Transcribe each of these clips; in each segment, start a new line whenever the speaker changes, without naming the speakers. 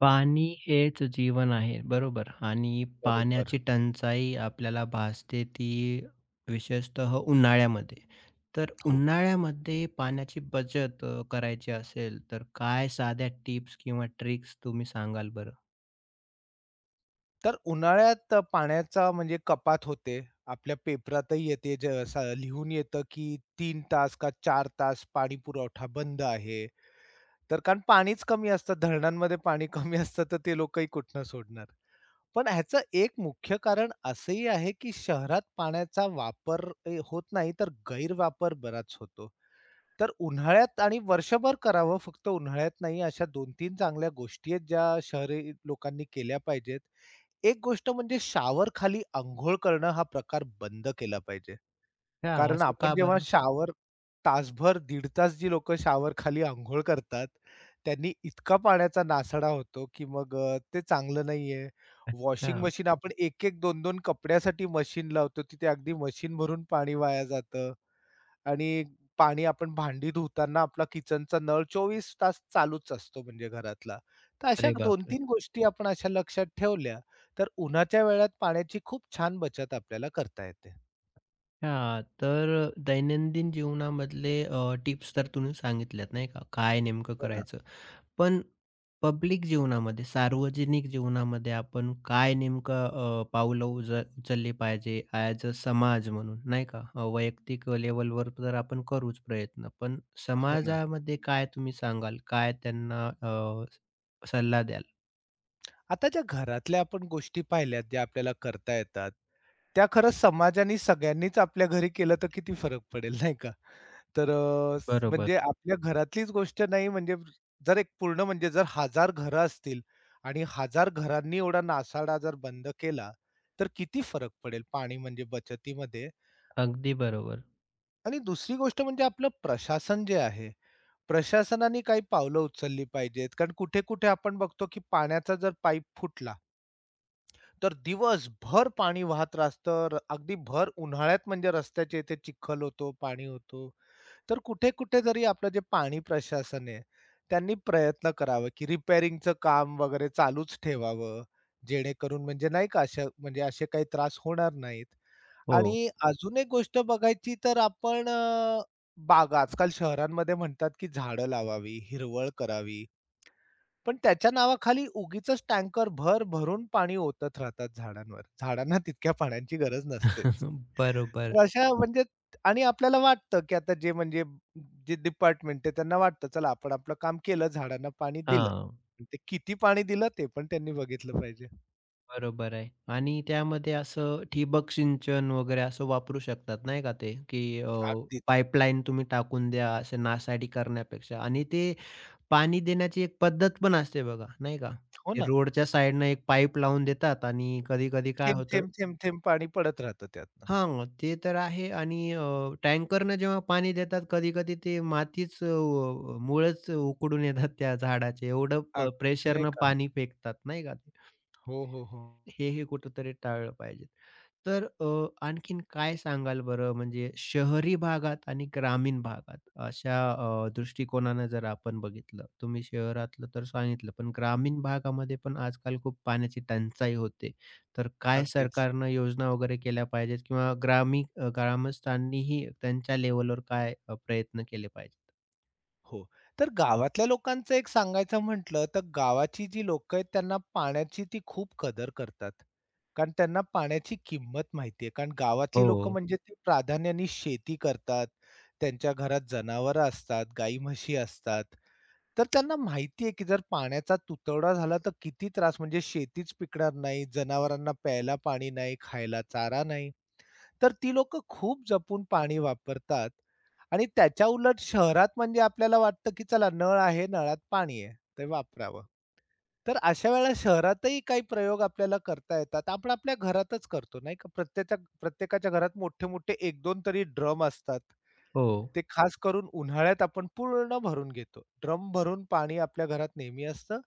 पाणी हेच जीवन आहे, बरोबर. आणि
बरोबर.
पाण्याची टंचाई आपल्याला भासते ती विशेषतः उन्हाळ्यामध्ये. तर
हो.
उन्हाळ्यामध्ये पाण्याची बचत करायची असेल, तर काय साध्या टिप्स किंवा ट्रिक्स तुम्ही सांगाल बरं?
तर उन्हाळ्यात पाण्याचा म्हणजे कपात होते. आपल्या पेपरातही येते जे असं लिहून येतं, की तीन तास का चार तास पाणी पुरवठा बंद आहे. तर कारण पाणीच कमी असतं. धरणांमध्ये पाणी कमी असतं, तर ते लोकही कुठनं सोडणार. पण ह्याचं एक मुख्य कारण असंही आहे, की शहरात पाण्याचा वापर होत नाही, तर गैरवापर बराच होतो. तर उन्हाळ्यात आणि वर्षभर करावं, फक्त उन्हाळ्यात नाही. अशा 2-3 चांगल्या गोष्टी आहेत, ज्या शहरी लोकांनी केल्या पाहिजेत. एक गोष्ट म्हणजे शावर खाली अंघोळ करणं हा प्रकार बंद केला पाहिजे.
हां,
कारण
असं
आपण
का
जेव्हा
बरं?
शॉवर तासभर, दीड तास जी लोकं शावर खाली अंघोळ करतात, त्यांनी इतका पाण्याचा नासडा होतो, की मग ते चांगलं नाहीये.
अच्छा.
वॉशिंग मशीन आपण 1-1, 2-2 कपड्यासाठी मशीन लावतो, तिथे अगदी मशीन भरून पाणी वाया जातं. आणि पाणी आपण भांडी धुताना आपला किचनचा नळ 24 तास चालूच असतो म्हणजे घरातला. तर अशा
अरे
दोन
बापरे!
तीन गोष्टी आपण अशा लक्षात ठेवल्या, तर उन्हाच्या वेळात पाण्याची खूप छान बचत आपल्याला करता येते.
हां, तर दैनंदिन जीवनामधले टिप्स तर तुम्ही सांगितल्यात नाही का? काय नेमकं
हो ना.
करायचं? पण पब्लिक जीवनामध्ये, सार्वजनिक जीवनामध्ये आपण काय नेमकं, पावलं उज उचलली पाहिजे ॲज अ समाज म्हणून, नाही का? वैयक्तिक लेव्हलवर तर आपण करूच प्रयत्न. पण
हो ना.
समाजामध्ये काय तुम्ही सांगाल? काय त्यांना सल्ला द्याल?
आता ज्या घरातल्या आपण गोष्टी पाहिल्यात, ज्या आपल्याला करता येतात, त्या खरंच समाजाने सगळ्यांनीच आपल्या घरी केलं तर किती फरक पडेल नाही का? तर अ, स
बरोबर.
म्हणजे आपल्या घरातलीच गोष्ट नाही म्हणजे जर एक पूर्ण म्हणजे जर 1000 घरं असतील आणि 1000 घरांनी एवढा नासाडा जर बंद केला, तर किती फरक पडेल पाणी म्हणजे बचतीमध्ये.
अगदी बरोबर.
आणि दुसरी गोष्ट म्हणजे आपलं प्रशासन जे आहे, प्रशासनाने काही पावलं उचलली पाहिजेत. कारण कुठे-कुठे आपण बघतो, की पाण्याचा जर पाईप फुटला, तर दिवसभर पाणी वाहत असतं. अगदी भर उन्हाळ्यात म्हणजे रस्त्याच्या इथे चिखल होतो, पाणी होतो. तर कुठे-कुठे जरी आपलं जे पाणी प्रशासन आहे, त्यांनी प्रयत्न करावा, की रिपेअरिंगचं काम वगैरे चालूच ठेवावं, जेणेकरून म्हणजे नाही का अशा म्हणजे असे काही त्रास होणार नाहीत.
हो.
आणि अजून एक गोष्ट बघायची तर आपण बागा आजकाल शहरांमध्ये म्हणतात, की झाडं लावावी, हिरवळ करावी. पण त्याच्या नावाखाली उगीचच टँकर भर-भरून पाणी ओतत राहतात झाडांवर. झाडांना तितक्या पाण्याची गरज नसतेच.
बरोबर.
तर अशा म्हणजे आणि आपल्याला वाटतं, की आता जे म्हणजे जे डिपार्टमेंट आहे त्यांना वाटतं, चला आपण आपलं काम केलं, झाडांना पाणी दिलं.
हां.
पण ते किती पाणी दिलं ते पण त्यांनी बघितलं पाहिजे.
बरोबर आहे आणि त्यामध्ये असं ठिबक सिंचन वगैरे असं वापरू शकतात नाही का ते, की
अगदीच.
पाईपलाईन तुम्ही टाकून द्या असे नासाडी करण्यापेक्षा आणि ते पाणी देण्याची एक पद्धत पण असते बघा नाही का?
हो
ते
ना.
रोडच्या साईडनं एक पाईप लावून देतात आणि कधी-कधी काय
थेंब,
होतं.
थेंब, थेंब, थेंब पाणी पडत राहतं त्यातनं.
हां, ते तर आहे आणि टँकरनं जेव्हा पाणी देतात कधी-कधी ते मातीच, मुळंच उकडून येतात त्या झाडाचे एवढं
अगदीच नाही
प्रेशरनं
का.
पाणी फेकतात नाही का?
हो, हो, हो.
हे, हे कुठेतरी टाळलं पाहिजे. तर, आणखीन काय सांगाल बरं म्हणजे शहरी भागात आणि ग्रामीण भागात अशा, दृष्टिकोनानं जर आपण बघितलं, तुम्ही शहरातलं तर सांगितलं, पण ग्रामीण भागामध्ये पण आजकाल खूप पाण्याची टंचाई होते. तर काय
अगदीच.
सरकारनं योजना वगैरे केल्या पाहिजेत किंवा ग्रामीण, ग्रामस्थांनीही त्यांच्या लेव्हलवर काय प्रयत्न केले पाहिजेत?
हो. तर गावातल्या लोकांचं एक सांगायचं म्हटलं, तर गावाची जी लोकं आहेत त्यांना पाण्याची ती खूप कदर करतात. कारण त्यांना पाण्याची किंमत माहिती आहे. कारण गावातली लोकं
हो,
म्हणजे ती प्राधान्याने शेती करतात. त्यांच्या घरात जनावरं असतात, गाई-म्हशी असतात. तर त्यांना माहिती आहे, की जर पाण्याचा तुतवडा झाला तर किती त्रास म्हणजे शेतीच पिकणार नाही, जनावरांना प्यायला पाणी नाही, खायला चारा नाही. तर ती लोकं खूप जपून पाणी वापरतात आणि त्याच्या उलट शहरात म्हणजे आपल्याला वाटतं, की चला नळ आहे, नळात पाणी आहे, ते वापरावं. तर अशा वेळेला शहरातही काही प्रयोग आपल्याला करता येतात. आपण आपल्या घरातच करतो नाही का. प्रत्येकाच्या घरात मोठे-मोठे 1-2 तरी ड्रम असतात.
हो.
ते खास करून उन्हाळ्यात आपण पूर्ण भरून घेतो. ड्रम भरून पाणी आपल्या घरात नेहमी असतं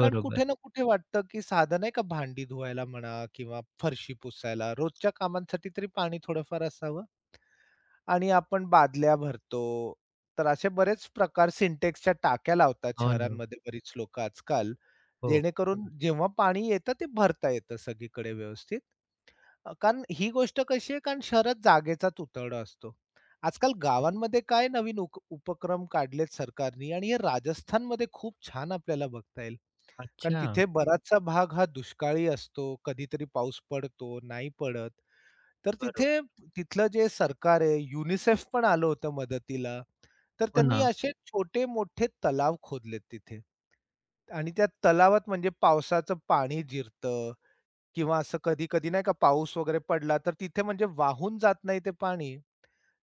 कारण कुठे ना कुठे वाटतं, की साधं नाही का भांडी धुवायला म्हणा किंवा फरशी पुसायला, रोजच्या कामांसाठी तरी पाणी थोडंफार असावं आणि आपण बादल्या भरतो. तर असे बरेच प्रकार सिंटेक्सच्या टाक्या लावतात
हो ना.
शहरांमध्ये बरीच लोकं आजकाल,
हो.
जेणेकरून हं. जेव्हा पाणी येतं ते भरता येतं सगळीकडे व्यवस्थित. कारण ही गोष्ट कशी आहे कारण शहरात जागेचा तुतडा असतो. आजकाल गावांमध्ये काय नवीन उपक्रम काढलेत सरकारनी आणि हे राजस्थानमध्ये खूप छान आपल्याला बघता येईल. कारण
अच्छा.
तिथे बराचसा भाग हा दुष्काळी असतो. कधीतरी पाऊस पडतो, नाही पडत. तर तिथे
बरोबर.
तिथलं जे सरकार आहे, युनिसेफ पण आलं होतं मदतीला. तर
हो
त्यांनी
ना.
असे छोटे-मोठे तलाव खोदलेत तिथे. आणि त्या तलावात म्हणजे पावसाचं पाणी जिरतं किंवा असं कधी-कधी नाही का पाऊस वगैरे पडला, तर तिथे म्हणजे वाहून जात नाही ते पाणी.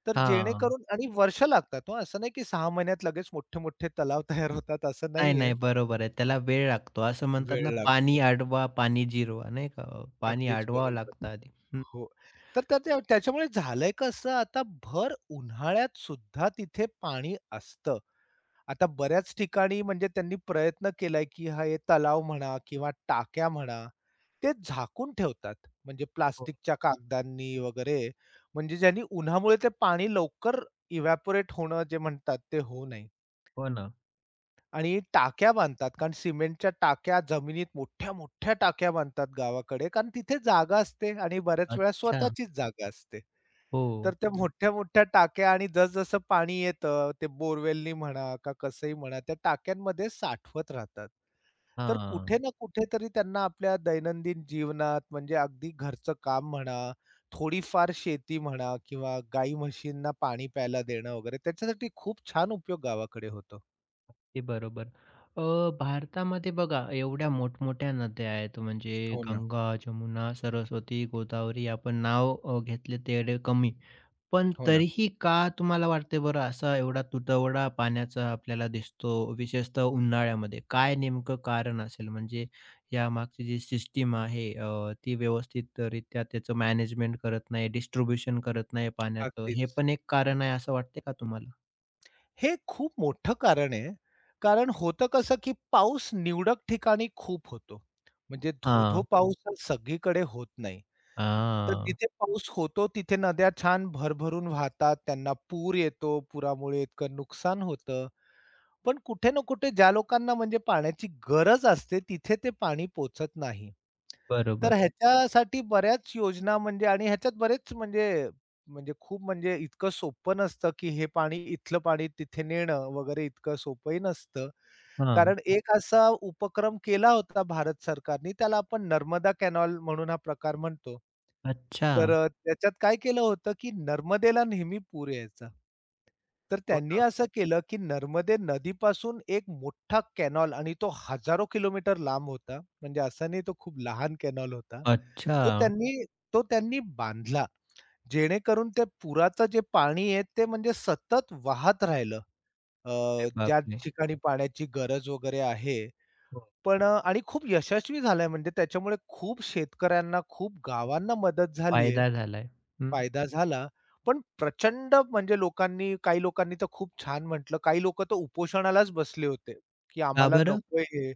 तर
हां.
जेणेकरून आणि वर्ष लागतात हो. असं नाही की 6 महिन्यात लगेच मोठे-मोठे तलाव तयार होतात असं
नाही,
नाहीये.
नाही. बरोबर आहे. त्याला वेळ लागतो. असं म्हणतात
वेळ
ना,
लागतो.
पाणी अडवा, पाणी जिरवा, नाही का? पाणी
अगदीच
अडवावं
बरोबर.
लागतं आधी. हं,
हो. तर त्या त्या त्याच्यामुळे झालंय कसं आता भर उन्हाळ्यात सुद्धा तिथे पाणी असतं. आता बऱ्याच ठिकाणी म्हणजे त्यांनी प्रयत्न केलाय, की हा हे तलाव म्हणा किंवा टाक्या म्हणा, ते झाकून ठेवतात. म्हणजे
हो,
प्लास्टिकच्या कागदांनी वगैरे, म्हणजे ज्यांनी उन्हामुळे ते पाणी लवकर इव्हॅपोरेट होणं जे म्हणतात ते होऊ नये.
हो ना.
आणि टाक्या बांधतात. कारण सिमेंटच्या टाक्या जमिनीत मोठ्या-मोठ्या टाक्या बांधतात गावाकडे. कारण तिथे जागा असते आणि बऱ्याच वेळा
अच्छा.
स्वतःचीच जागा असते. तर
हो.
त्या मोठ्या-मोठ्या टाक्या आणि जसं पाणी येतं, ते बोरवेलनी म्हणा का कसंही म्हणा, त्या टाक्यांमध्ये साठवत राहतात. तर
हां,
कुठे ना कुठेतरी त्यांना आपल्या दैनंदिन जीवनात म्हणजे अगदी घरचं काम म्हणा, थोडीफार शेती म्हणा किंवा गाई म्हशींना पाणी प्यायला देणं वगैरे त्याच्यासाठी खूप छान उपयोग गावाकडे होतो.
ते बरोबर. अ, भारतामध्ये बघा एवढ्या मोठमोठ्या नद्या आहेत म्हणजे
हो ना.
गंगा, जमुना, सरस्वती, गोदावरी आपण नाव घेतले तेवढे कमी. पण
हो ना.
तरीही का तुम्हाला वाटते बरं असा एवढा तुटवडा पाण्याचा आपल्याला दिसतो, विशेषतः उन्हाळ्यामध्ये? काय नेमकं कारण असेल? म्हणजे यामागची जी सिस्टीम आहे, ती व्यवस्थितरित्या त्याचं मॅनेजमेंट करत नाही, डिस्ट्रिब्युशन करत नाही पाण्याचं. हे
अगदीच.
पण एक कारण आहे असं वाटते का तुम्हाला?
हे खूप मोठं कारण आहे. कारण होतं कसं, की पाऊस निवडक ठिकाणी खूप होतो. म्हणजे धोधो धो हं.
हां.
पाऊस हा सगळीकडे होत नाही. तर
हां.
जिथे पाऊस होतो तिथे नद्या छान भरभरून वाहतात. त्यांना पूर येतो. पुरामुळे इतकं नुकसान होतं. पण कुठे ना कुठे ज्या लोकांना म्हणजे पाण्याची गरज असते तिथे ते पाणी पोहचत नाही. तर
बरोबर.
ह्याच्यासाठी बऱ्याच योजना म्हणजे आणि ह्याच्यात बरेच म्हणजे म्हणजे खूप म्हणजे इतकं सोपं नसतं, की हे पाणी इथलं पाणी तिथे नेणं वगैरे इतकं सोपंही नसतं.
हां.
कारण एक असा उपक्रम केला होता भारत सरकारनी त्याला आपण नर्मदा कॅनॉल म्हणून हा प्रकार म्हणतो.
अच्छा.
तर त्याच्यात काय केलं होतं, की नर्मदेला नेहमी पूर यायचा. तर
हो
त्यांनी
ना.
असं केलं, की नर्मदे नदीपासून एक मोठा कॅनॉल आणि तो हजारो किलोमीटर लांब होता. म्हणजे असा नाही तो खूप लहान कॅनॉल होता.
अच्छा.
तो त्यांनी तो त्यांनी बांधला. जेणेकरून ते पुराचं जे पाणी आहे ते म्हणजे सतत वाहत राहिलं. अ,
अरे
ज्या
बापरे!
ठिकाणी पाण्याची गरज वगैरे आहे.
हो,
पण आणि खूप यशस्वी झालाय म्हणजे त्याच्यामुळे खूप शेतकऱ्यांना, खूप गावांना मदत झाली
फायदा झालाय. हं.
फायदा झाला. पण प्रचंड म्हणजे लोकांनी काही लोकांनी तर खूप छान म्हटलं. काही लोकं तर उपोषणालाच बसले होते, की
का
आम्हाला
बरं?
नकोय हे.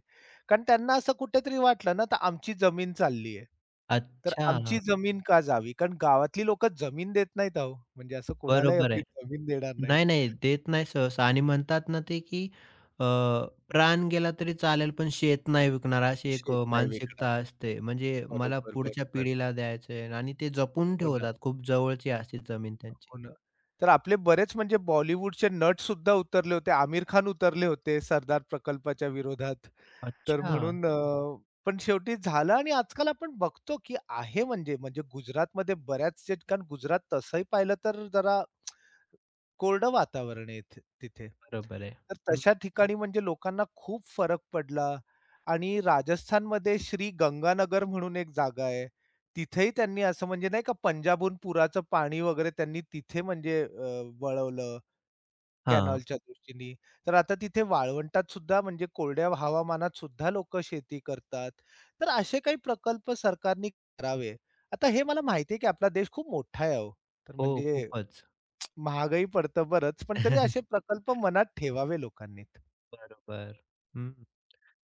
कारण त्यांना असं कुठेतरी वाटलं ना, तर आमची जमीन चालली आहे. तर आमची
अच्छा.
जमीन का जावी? कारण गावातली लोकं जमीन देत नाहीत अहो. म्हणजे असं कोणालाही
बरोबर
आपली
आहे.
जमीन देणार
नाही,
नाहीत.
नाही, देत नाही सहसा आणि म्हणतात ना ते, की, अ, प्राण गेला तरी चालेल, पण शेत नाही विकणार, अशी एक
शेत नाही विकणार.
मानसिकता असते. म्हणजे मला
बरोबर,
पुढच्या
बरोबर.
पिढीला द्यायचं आहे आणि ते जपून
हो ना,
ठेवतात. खूप जवळची असते जमीन त्यांची.
हो ना. तर आपले बरेच म्हणजे बॉलिवूडचे नटसुद्धा उतरले होते. आमिर खान उतरले होते सरदार प्रकल्पाच्या विरोधात. तर
अच्छा,
म्हणून पण शेवटी झालं आणि आजकाल आपण बघतो, की आहे म्हणजे, म्हणजे गुजरातमध्ये बऱ्याच जे- कारण गुजरात तसंही पाहिलं तर जरा कोरडं वातावरण आहे इथे तिथे.
बरोबर आहे.
तर
हं,
तशा ठिकाणी म्हणजे लोकांना खूप फरक पडला आणि राजस्थानमध्ये श्री गंगानगर म्हणून एक जागा आहे. तिथेही त्यांनी असं म्हणजे नाही का पंजाबहून पुराचं पाणी वगैरे त्यांनी तिथे म्हणजे वळवलं.
हां.
कॅनॉलच्या दृष्टीने. तर आता तिथे वाळवंटात सुद्धा म्हणजे कोरड्या हवामानात सुद्धा लोकं शेती करतात. तर असे काही प्रकल्प सरकारने करावे. आता हे मला माहिती आहे, की आपला देश खूप मोठा आहे हो. तर
हो,
म्हणजे
खूपच.
महागाई पडतं बरंच, पण तरी असे प्रकल्प मनात ठेवावे लोकांनीत.
बरोबर. हं.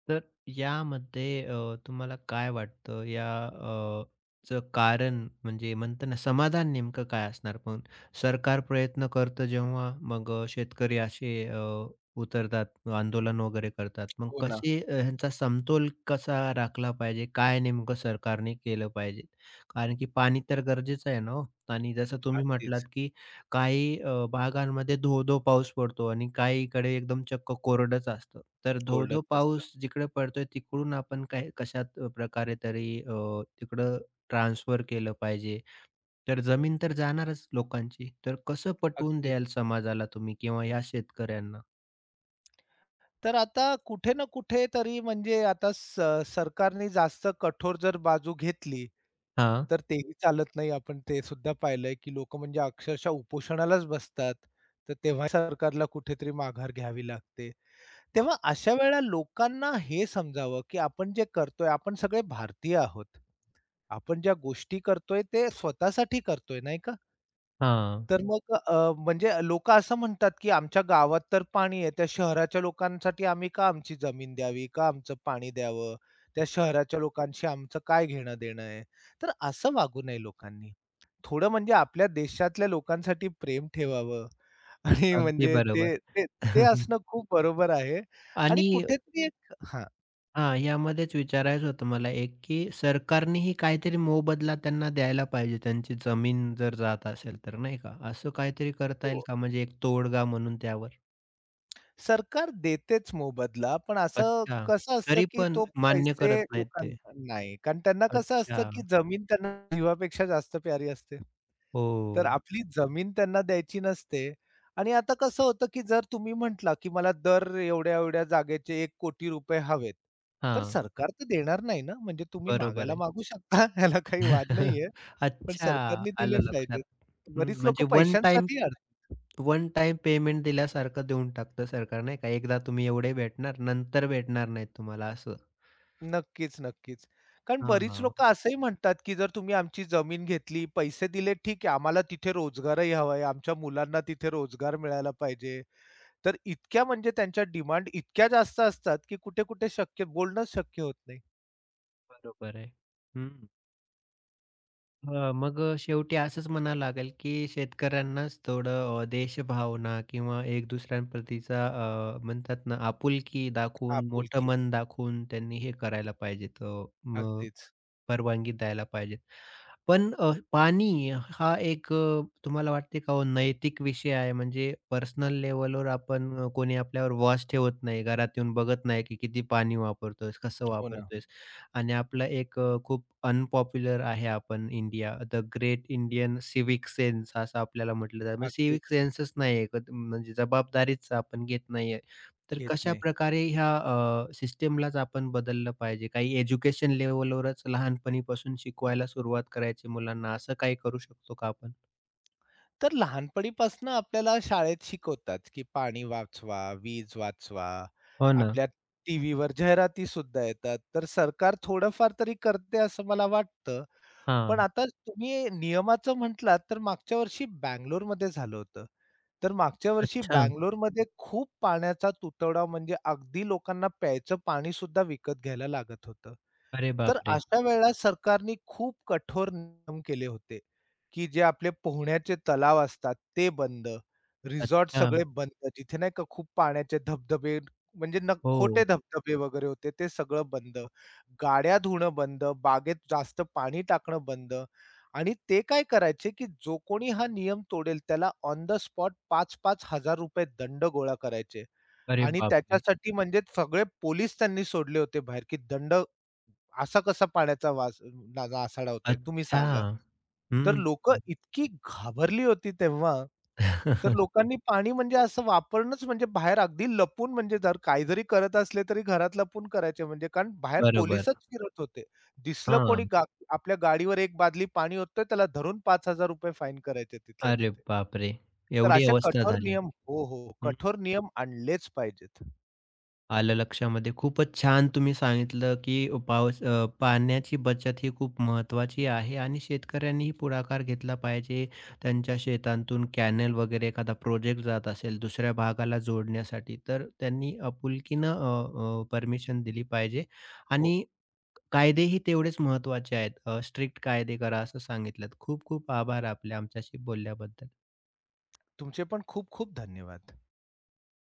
तर यामध्ये, तुम्हाला काय वाटतं या ...चं कारण म्हणजे म्हणतो ना समाधान नेमकं काय असणार? पण सरकार प्रयत्न करतं जेव्हा मग, शेतकरी असे, उतरतात आंदोलन वगैरे करतात. मग
हो ना.
कसे, ह्यांचा समतोल कसा राखला पाहिजे? काय नेमकं सरकारने केलं पाहिजे? कारण की पाणी तर गरजेचं आहे ना हो? आणि जसं तुम्ही म्हटलात
अगदीच.
की काही भागांमध्ये धो-धो पाऊस पडतो आणि काहीकडे एकदम चक्क कोरडंच असतं. तर
कोरडच
धो-धो
असतं.
पाऊस जिकडे पडतोय तिकडून आपण काय कशात प्रकारे तरी, तिकडं ट्रान्सफर केलं पाहिजे. तर जमीन तर जाणारच लोकांची. तर कसं पटवून
अगदीच.
द्याल समाजाला तुम्ही किंवा या शेतकऱ्यांना?
तर आता कुठे ना कुठे तरी म्हणजे आता सरकारने जास्त कठोर जर बाजू घेतली,
हां,
तर तेही चालत नाही. आपण ते सुद्धा पाहिलंय, की लोकं म्हणजे अक्षरशः उपोषणालाच बसतात. तर तेव्हा सरकारला कुठेतरी माघार घ्यावी लागते.
हो.
तेव्हा अशा वेळेला लोकांना हे समजावं, की आपण जे करतोय, आपण सगळे भारतीय आहोत. आपण ज्या गोष्टी करतोय, ते स्वतःसाठी करतोय, नाही का?
हां.
तर मग म्हणजे लोकं असं म्हणतात, की आमच्या गावात तर पाणी आहे, त्या शहराच्या लोकांसाठी आम्ही का आमची जमीन द्यावी? का आमचं पाणी द्यावं? त्या शहराच्या लोकांशी आमचं काय घेणं-देणं आहे? तर असं वागू नये लोकांनी. थोडं म्हणजे आपल्या देशातल्या लोकांसाठी प्रेम ठेवावं आणि
अगदी
म्हणजे
बरोबर.
ते ते ते असणं खूप बरोबर आहे आणि
आणि
कुठेतरी एक हां.
हां, यामध्येच विचारायचं होतं मला एक, की सरकारनेही काहीतरी मोबदला त्यांना द्यायला पाहिजे, त्यांची जमीन जर जात असेल तर, नाही का? असं काहीतरी करता येईल
हो.
का? म्हणजे एक तोडगा म्हणून त्यावर?
सरकार देतेच मोबदला, पण असं
अच्छा.
कसं असतं,
तरी
की
पण
तो
मान्य करत
पैसे
नाहीत ते.
लोकांना नाही. कारण त्यांना कसं असतं, की
अच्छा.
जमीन त्यांना जीवापेक्षा जास्त प्यारी असते. तर
हो.
आपली जमीन त्यांना द्यायची नसते. आणि आता कसं होतं, की जर तुम्ही म्हटला, की मला दर एवढ्या-एवढ्या जागेचे ₹1 कोटी रुपये हवेत, तर
हां,
सरकार तर देणार नाही ना. म्हणजे तुम्ही
बरोबर
मागायला
आहे.
मागू शकता, ह्याला काही वाद नाहीये. पण
अच्छा,
सरकारने दिले
आलं लक्षात.
पाहिजेत.
हं,
बरीच लोकं
म्हणजे वन टाईम
पैशांसाठी अडतात.
वन टाईम पेमेंट दिल्यासारखं देऊन टाकतं सरकार, नाही का? एकदा तुम्ही एवढे भेटणार, नंतर भेटणार नाहीत तुम्हाला असं.
नक्कीच, नक्कीच. कारण बरीच
हां.
लोकं असंही म्हणतात, की जर तुम्ही आमची जमीन घेतली, पैसे दिले ठीक आहे, आम्हाला तिथे रोजगारही हवा आहे, आमच्या मुलांना तिथे रोजगार मिळायला पाहिजे. तर इतक्या म्हणजे त्यांच्या डिमांड इतक्या जास्त असतात, की कुठे-कुठे शक्य बोलणंच शक्य होत नाही.
बरोबर आहे. हं. मग शेवटी असंच म्हणावं लागेल, की शेतकऱ्यांनाच थोडं, देशभावना किंवा एक दुसऱ्यांप्रतीचा, म्हणतात ना, आपुलकी दाखवून, मोठं
आपुलकी.
मन दाखवून त्यांनी हे करायला पाहिजे. तर मग
अगदीच.
परवानगी द्यायला पाहिजेत. पण, पाणी हा एक, तुम्हाला वाटते का हो नैतिक विषय आहे? म्हणजे पर्सनल लेव्हलवर आपण, कोणी आपल्यावर वॉच ठेवत नाही, घरात येऊन बघत नाही की किती पाणी वापरतोयस, कसं
हो ना.
वापरतोयस आणि आपला एक, खूप अनपॉप्युलर आहे आपण India, the great Indian civic sense असं आपल्याला म्हटलं जातं. मग
अगदीच.
सेन्सच नाही, म्हणजे जबाबदारीच आपण घेत नाही, तर
घेत
कशा
नाही.
कशाप्रकारे ह्या, सिस्टमलाच आपण बदललं पाहिजे? काही एज्युकेशन लेव्हलवरच लहानपणीपासून शिकवायला सुरुवात करायची मुलांना, असं काही करू शकतो का आपण?
तर लहानपणीपासून आपल्याला शाळेत शिकवतात, की पाणी वाचवा, वीज वाचवा.
हो ना.
आपल्या टीव्हीवर जाहिराती सुद्धा येतात. तर सरकार थोडंफार तरी करते असं मला वाटतं. पण
हां.
आता तुम्ही नियमाचं म्हटलात, तर मागच्या वर्षी बंगलोरमध्ये झालं होतं. तर मागच्या वर्षी
अच्छा.
बंगलोरमध्ये खूप पाण्याचा तुटवडा म्हणजे अगदी लोकांना प्यायचं पाणी सुद्धा विकत घ्यायला लागत होतं.
अरे
तर
बापरे!
अशा वेळेला सरकारने खूप कठोर नियम केले होते, की जे आपले पोहण्याचे तलाव असतात ते बंद, रिसॉर्ट
अच्छा.
सगळे बंद. जिथे नाही का खूप पाण्याचे धबधबे म्हणजे न खोटे
हो.
धबधबे वगैरे होते ते सगळं बंद. गाड्या धुणं बंद, बागेत जास्त पाणी टाकणं बंद आणि ते काय करायचे, की जो कोणी हा नियम तोडेल त्याला ऑन द स्पॉट ₹5,000-5,000 दंड गोळा करायचे
अरे
आणि
बापरे!
त्याच्यासाठी म्हणजे सगळे पोलीस त्यांनी सोडले होते बाहेर, की दंड असा कसा पाण्याचा वास लागा असाडावतोय तुम्ही
अच्छा.
सांगा. तर
हं.
लोक इतकी घाबरली होती तेव्हा, तर नक्कीच. लोकांनी पाणी म्हणजे असं वापरणंच म्हणजे बाहेर अगदी लपून म्हणजे जर काही जरी करत असले तरी घरात लपून करायचे म्हणजे कारण बाहेर
बरोबर.
पोलिसच फिरत होते. दिसलं कोणी
हां.
आपल्या गाडीवर एक बादली पाणी ओततोय त्याला धरून ₹5,000 फाईन करायचे तिथल्या
अरे
तिथे.
बापरे!
तर
एवढी
असे
अवस्था
कठोर
झाली होती.
नियम हो, हो. कठोर नियम आणलेच पाहिजेत.
आलं लक्षामध्ये. खूपच छान तुम्ही सांगितलं, की पावस, पाण्याची बचत ही खूप महत्त्वाची आहे आणि शेतकऱ्यांनीही पुढाकार घेतला पाहिजे. त्यांच्या शेतांतून कॅनल वगैरे एखादा प्रोजेक्ट जात असेल दुसऱ्या भागाला जोडण्यासाठी, तर त्यांनी आपुलकीनं अ, अ, परमिशन दिली पाहिजे
हो.
आणि कायदेही तेवढेच महत्त्वाचे आहेत. स्ट्रिक्ट कायदे करा असं सांगितलंत. खूप खूप आभार आपले आमच्याशी बोलल्याबद्दल.
तुमचे पण खूप खूप धन्यवाद.